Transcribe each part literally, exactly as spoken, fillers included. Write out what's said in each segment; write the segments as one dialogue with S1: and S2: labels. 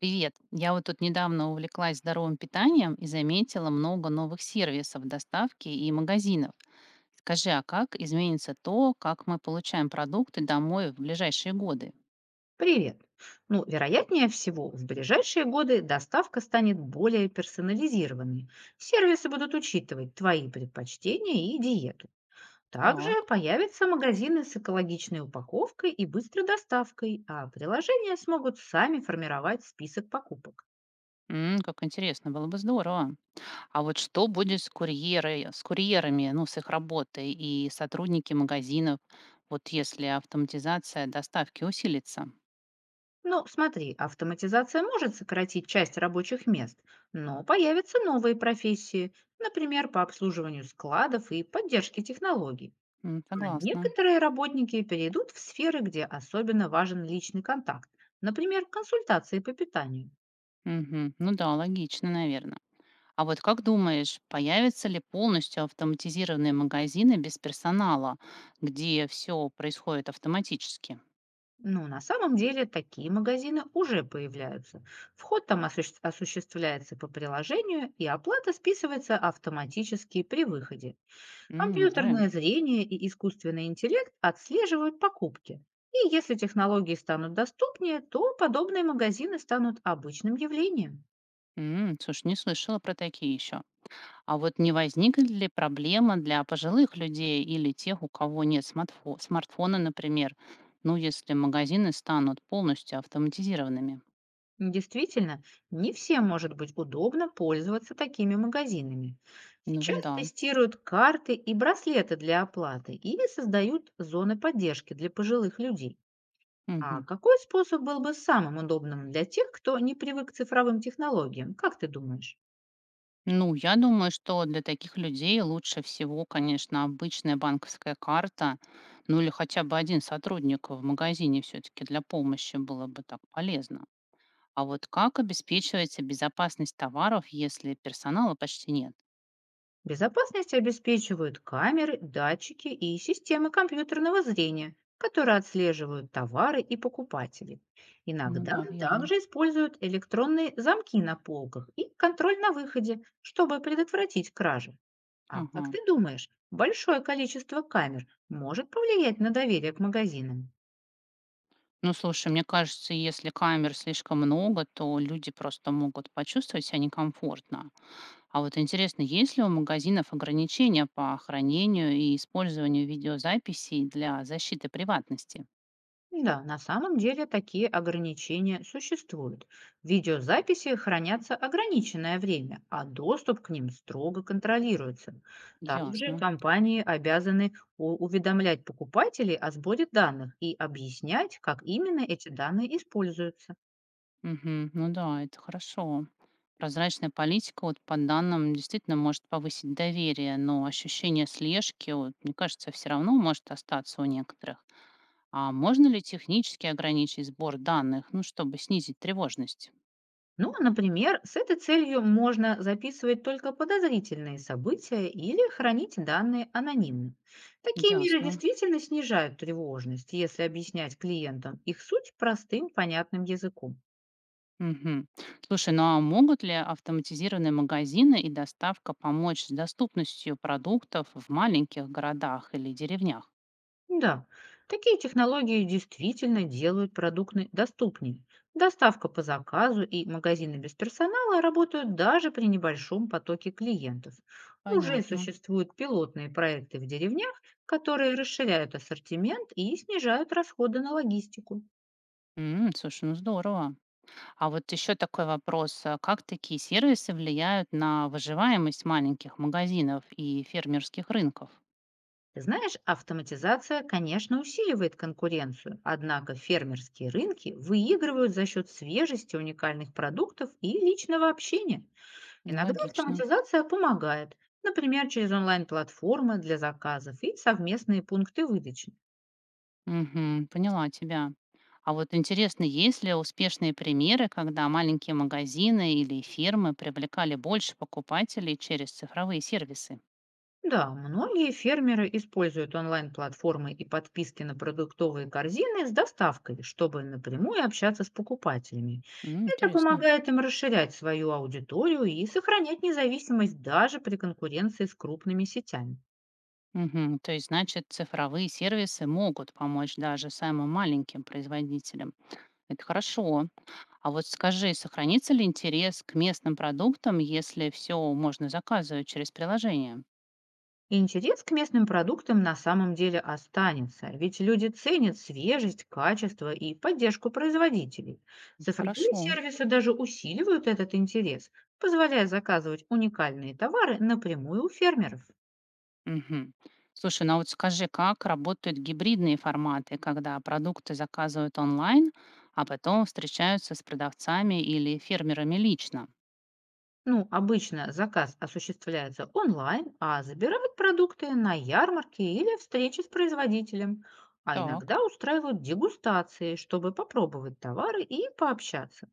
S1: Привет! Я вот тут недавно увлеклась здоровым питанием и заметила много новых сервисов доставки и магазинов. Скажи, а как изменится то, как мы получаем продукты домой в ближайшие годы?
S2: Привет. Ну, вероятнее всего, в ближайшие годы доставка станет более персонализированной. Сервисы будут учитывать твои предпочтения и диету. Также
S1: Так,
S2: появятся магазины с экологичной упаковкой и быстрой доставкой, а приложения смогут сами формировать список покупок.
S1: м, как интересно, было бы здорово. А вот что будет с, курьеры, с курьерами, ну, с их работой и сотрудники магазинов, вот если автоматизация доставки усилится?
S2: Ну, смотри, автоматизация может сократить часть рабочих мест, но появятся новые профессии, например, по обслуживанию складов и поддержке технологий.
S1: М,
S2: А
S1: согласна.
S2: некоторые работники перейдут в сферы, где особенно важен личный контакт, например, консультации по питанию.
S1: Мгм. Ну да, логично, наверное. А вот как думаешь, появятся ли полностью автоматизированные магазины без персонала, где все происходит автоматически?
S2: Но на самом деле такие магазины уже появляются. Вход там осуществ- осуществляется по приложению, и оплата списывается автоматически при выходе.
S1: М, уже.
S2: Компьютерное зрение и искусственный интеллект отслеживают покупки. И если технологии станут доступнее, то подобные магазины станут обычным явлением.
S1: М, слушай, не слышала про такие еще. А вот не возникнет ли проблема для пожилых людей или тех, у кого нет смартфо- смартфона, например, ну, если магазины станут полностью автоматизированными?
S2: Действительно, не всем может быть удобно пользоваться такими магазинами.
S1: Ну
S2: Сейчас
S1: вот да.
S2: тестируют карты и браслеты для оплаты и создают зоны поддержки для пожилых людей. А
S1: Мгм.
S2: какой способ был бы самым удобным для тех, кто не привык к цифровым технологиям? Как ты думаешь?
S1: Ну, я думаю, что для таких людей лучше всего, конечно, обычная банковская карта, ну или хотя бы один сотрудник в магазине все-таки для помощи было бы так полезно. А вот как обеспечивается безопасность товаров, если персонала почти нет?
S2: Безопасность обеспечивают камеры, датчики и системы компьютерного зрения, которые отслеживают товары и покупателей.
S1: Ну
S2: Иногда
S1: да, верно.
S2: также используют электронные замки на полках и контроль на выходе, чтобы предотвратить кражи. А
S1: Ага.
S2: как ты думаешь, большое количество камер может повлиять на доверие к магазинам?
S1: Ну, слушай, мне кажется, если камер слишком много, то люди просто могут почувствовать себя некомфортно. А вот интересно, есть ли у магазинов ограничения по хранению и использованию видеозаписей для защиты приватности?
S2: Да, на самом деле такие ограничения существуют. Видеозаписи хранятся ограниченное время, а доступ к ним строго контролируется. Также
S1: Ясно.
S2: компании обязаны у- уведомлять покупателей о сборе данных и объяснять, как именно эти данные используются.
S1: Мгм. Ну да, это хорошо. Прозрачная политика, вот по данным, действительно может повысить доверие, но ощущение слежки, вот, мне кажется, все равно может остаться у некоторых. А можно ли технически ограничить сбор данных, ну, чтобы снизить тревожность?
S2: Ну, например, с этой целью можно записывать только подозрительные события или хранить данные анонимно. Такие меры
S1: Ясно.
S2: действительно снижают тревожность, если объяснять клиентам их суть простым, понятным языком.
S1: Мгм. Слушай, ну а могут ли автоматизированные магазины и доставка помочь с доступностью продуктов в маленьких городах или деревнях?
S2: Да, такие технологии действительно делают продукты доступнее. Доставка по заказу и магазины без персонала работают даже при небольшом потоке клиентов. Уже
S1: Понятно.
S2: существуют пилотные проекты в деревнях, которые расширяют ассортимент и снижают расходы на логистику.
S1: М, слушай, ну здорово. А вот еще такой вопрос. а как такие сервисы влияют на выживаемость маленьких магазинов и фермерских рынков?
S2: Ты знаешь, автоматизация, конечно, усиливает конкуренцию, однако фермерские рынки выигрывают за счет свежести уникальных продуктов и личного общения.
S1: Ну,
S2: Иногда
S1: логично.
S2: автоматизация помогает, например, через онлайн-платформы для заказов и совместные пункты выдачи.
S1: Мгм. Поняла тебя. А вот интересно, есть ли успешные примеры, когда маленькие магазины или фирмы привлекали больше покупателей через цифровые сервисы?
S2: Да, многие фермеры используют онлайн-платформы и подписки на продуктовые корзины с доставкой, чтобы напрямую общаться с покупателями.
S1: М,
S2: Это
S1: Интересно.
S2: помогает им расширять свою аудиторию и сохранять независимость даже при конкуренции с крупными сетями.
S1: Мгм. То есть, значит, цифровые сервисы могут помочь даже самым маленьким производителям. Это хорошо. А вот скажи, сохранится ли интерес к местным продуктам, если все можно заказывать через приложение?
S2: Интерес к местным продуктам на самом деле останется, ведь люди ценят свежесть, качество и поддержку производителей.
S1: Это
S2: Цифровые
S1: хорошо.
S2: сервисы даже усиливают этот интерес, позволяя заказывать уникальные товары напрямую у фермеров.
S1: Мгм. Слушай, ну а вот скажи, как работают гибридные форматы, когда продукты заказывают онлайн, а потом встречаются с продавцами или фермерами лично?
S2: Ну, обычно заказ осуществляется онлайн, а забирают продукты на ярмарке или встрече с производителем. А
S1: Так.
S2: иногда устраивают дегустации, чтобы попробовать товары и пообщаться.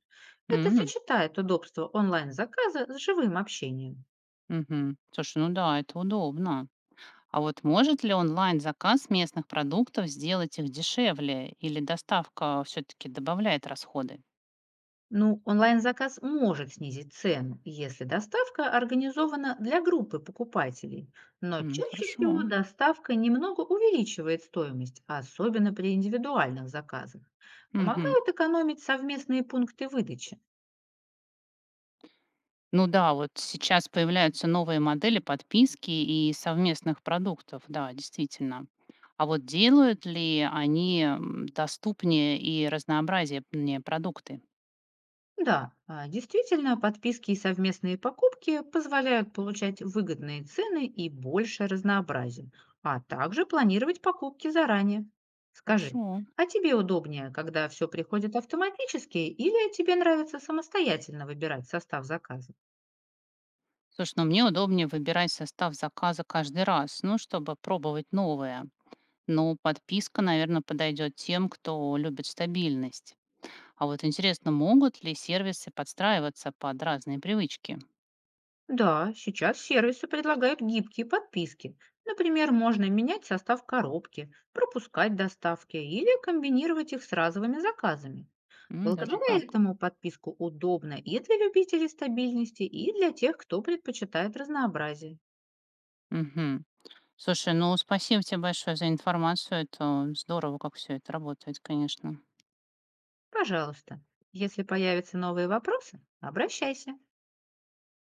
S2: Это
S1: М,
S2: сочетает удобство онлайн-заказа с живым общением.
S1: мгм. Слушай, ну да, это удобно. А вот может ли онлайн-заказ местных продуктов сделать их дешевле, или доставка все-таки добавляет расходы?
S2: Ну, онлайн-заказ может снизить цену, если доставка организована для группы покупателей. Но
S1: М,
S2: чаще всего
S1: Хорошо.
S2: доставка немного увеличивает стоимость, особенно при индивидуальных заказах.
S1: Мгм.
S2: Помогают экономить совместные пункты выдачи.
S1: Ну да, вот сейчас появляются новые модели подписки и совместных продуктов, да, действительно. А вот делают ли они м, доступнее и разнообразнее мне продукты?
S2: Да, а, действительно, подписки и совместные покупки позволяют получать выгодные цены и больше разнообразия, а также планировать покупки заранее. Скажи,
S1: Хорошо.
S2: а тебе удобнее, когда все приходит автоматически, или тебе нравится самостоятельно выбирать состав заказа?
S1: Слушай, ну мне удобнее выбирать состав заказа каждый раз, ну, чтобы пробовать новое. Но подписка, наверное, подойдет тем, кто любит стабильность. А вот интересно, могут ли сервисы подстраиваться под разные привычки?
S2: Да, сейчас сервисы предлагают гибкие подписки. Например, можно менять состав коробки, пропускать доставки или комбинировать их с разовыми заказами.
S1: М, даже
S2: Благодаря
S1: так.
S2: этому подписку удобно и для любителей стабильности, и для тех, кто предпочитает разнообразие.
S1: Угу. Слушай, ну спасибо тебе большое за информацию. Это здорово, как все это работает, конечно.
S2: Пожалуйста, если появятся новые вопросы, обращайся.